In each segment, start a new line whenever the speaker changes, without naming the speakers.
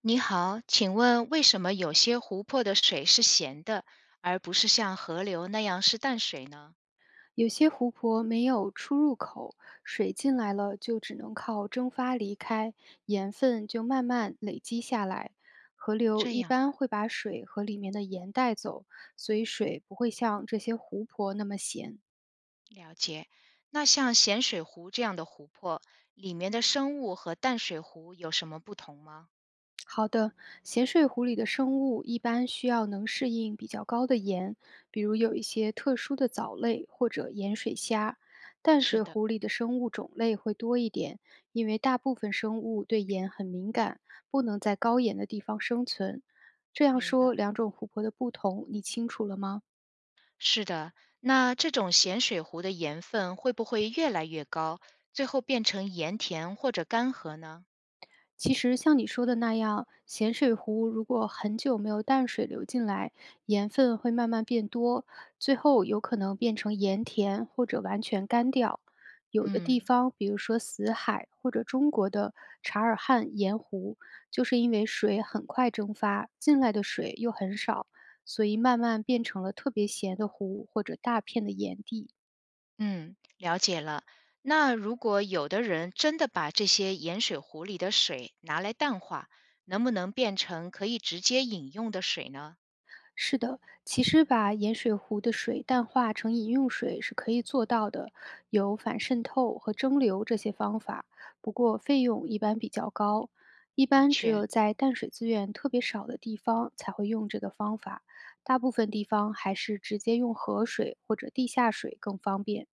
你好，请问为什么有些湖泊的水是咸的，而不是像河流那样是淡水呢？
有些湖泊没有出入口，水进来了就只能靠蒸发离开，盐分就慢慢累积下来。河流
这
一
样，
般会把水和里面的盐带走，所以水不会像这些湖泊那么咸。
了解。那像咸水湖这样的湖泊，里面的生物和淡水湖有什么不同吗？
好的，咸水湖里的生物一般需要能适应比较高的盐，比如有一些特殊的藻类或者盐水虾。淡
是
水
的，
湖里的生物种类会多一点，因为大部分生物对盐很敏感，不能在高盐的地方生存。这样
明白。
说，两种湖泊的不同，你清楚了吗？
是的，那这种咸水湖的盐分会不会越来越高，最后变成盐田或者干涸呢？
其实像你说的那样，咸水湖如果很久没有淡水流进来，盐分会慢慢变多，最后有可能变成盐田或者完全干掉。有的地
嗯，
方，比如说死海或者中国的察尔汗盐湖，就是因为水很快蒸发，进来的水又很少，所以慢慢变成了特别咸的湖或者大片的盐地。
嗯，了解了。那如果有的人真的把这些盐水壶里的水拿来淡化，能不能变成可以直接饮用的水呢？
是的，其实把盐水湖的水淡化成饮用水是可以做到的，有反渗透和蒸馏这些方法，不过费用一般比较高，一
的
般只
确，
有在淡水资源特别少的地方才会用这个方法，大部分地方还是直接用河水或者地下水更方便。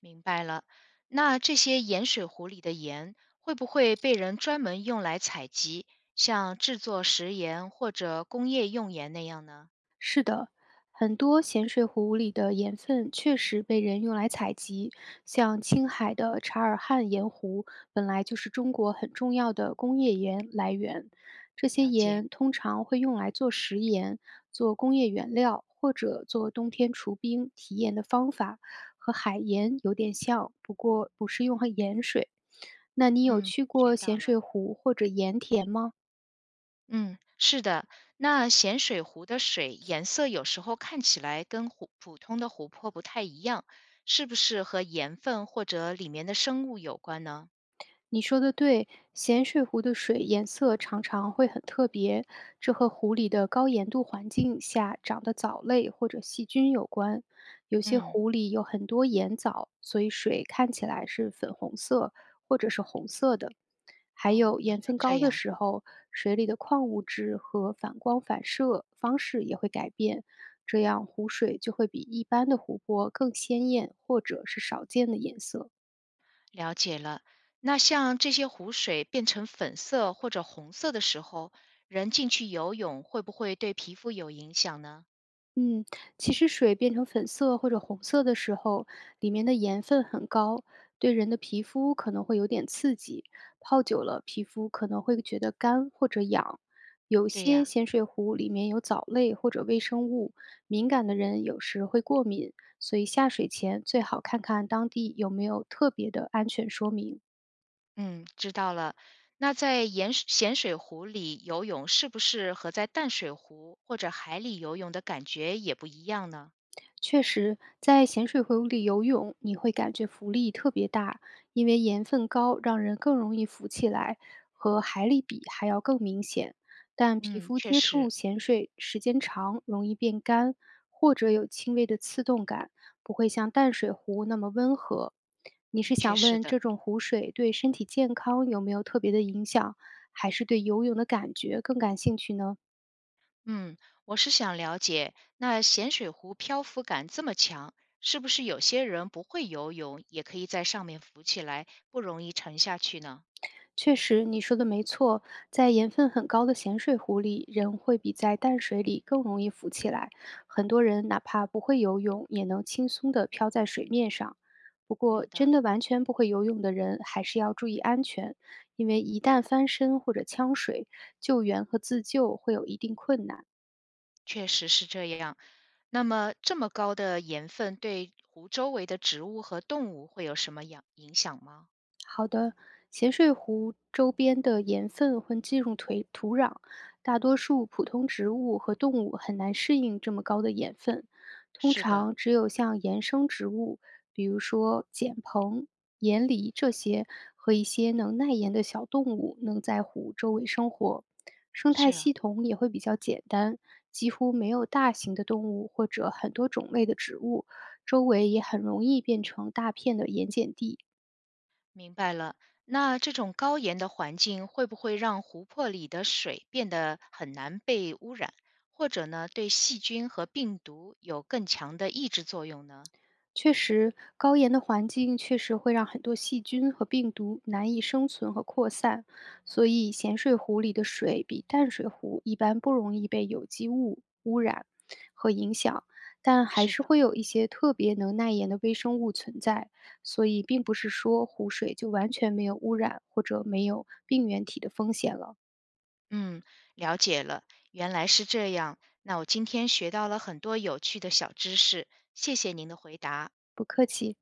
明白了。那这些盐水壶里的盐会不会被人专门用来采集，像制作食盐或者工业用盐那样呢？
是的，很多咸水湖里的盐分确实被人用来采集，像青海的察尔汗盐湖本来就是中国很重要的工业盐来源，这些
了解，
盐通常会用来做食盐、做工业原料或者做冬天除冰提盐的方法，和海盐有点像，不过不是用和盐水。那你有
嗯，
去
学
过
到
咸
了。
水湖或者盐田吗？
嗯，是的，那咸水湖的水颜色有时候看起来跟湖普通的湖泊不太一样，是不是和盐分或者里面的生物有关呢？
你说的对，咸水湖的水颜色常常会很特别，这和湖里的高盐度环境下长的藻类或者细菌有关。有些
嗯，
湖里有很多盐藻，所以水看起来是粉红色或者是红色的。还
哦，
有
原来
盐分高
这
的
样，
时候，水里的矿物质和反光反射方式也会改变，这样湖水就会比一般的湖泊更鲜艳或者是少见的颜色。
了解了。那像这些湖水变成粉色或者红色的时候，人进去游泳会不会对皮肤有影响呢？
嗯，其实水变成粉色或者红色的时候，里面的盐分很高，对人的皮肤可能会有点刺激。泡久了，皮肤可能会觉得干或者痒。有
对呀、
些咸水湖里面有藻类或者微生物，敏感的人有时会过敏，所以下水前最好看看当地有没有特别的安全说明。
嗯，知道了。那在盐水咸水湖里游泳，是不是和在淡水湖或者海里游泳的感觉也不一样呢？
确实，在咸水湖里游泳，你会感觉浮力特别大，因为盐分高，让人更容易浮起来，和海里比还要更明显。但皮
嗯，
肤
确
接触
实，
咸水时间长，容易变干，或者有轻微的刺痛感，不会像淡水湖那么温和。你
的
是
确
想
是
问
的。
这种湖水对身体健康有没有特别的影响，还是对游泳的感觉更感兴趣呢？
嗯，我是想了解，那咸水湖漂浮感这么强，是不是有些人不会游泳也可以在上面浮起来，不容易沉下去呢？
确实，你说的没错，在盐分很高的咸水湖里，人会比在淡水里更容易浮起来。很多人哪怕不会游泳，也能轻松地漂在水面上。不
有
过，
道
真的
理，
完全不会游泳的人，还是要注意安全，因为一旦翻身或者呛水，救援和自救会有一定困难。
确实是这样。那么这么高的盐分对湖周围的植物和动物会有什么影响吗？
好的，咸水湖周边的盐分会进入土壤，大多数普通植物和动物很难适应这么高的盐分。通
是的，
常只有像盐生植物，比如说碱蓬、盐梨这些，和一些能耐盐的小动物能在湖周围生活。生
是
态
啊，
系统也会比较简单，几乎没有大型的动物或者很多种类的植物，周围也很容易变成大片的盐碱地。
明白了。那这种高盐的环境会不会让湖泊里的水变得很难被污染，或者呢，对细菌和病毒有更强的抑制作用呢？
确实，高盐的环境确实会让很多细菌和病毒难以生存和扩散，所以咸水湖里的水比淡水湖一般不容易被有机物污染和影响，但还
是
是
的，
会有一些特别能耐盐的微生物存在，所以并不是说湖水就完全没有污染或者没有病原体的风险了。
嗯，了解了，原来是这样。那我今天学到了很多有趣的小知识，谢谢您的回答。
不客气。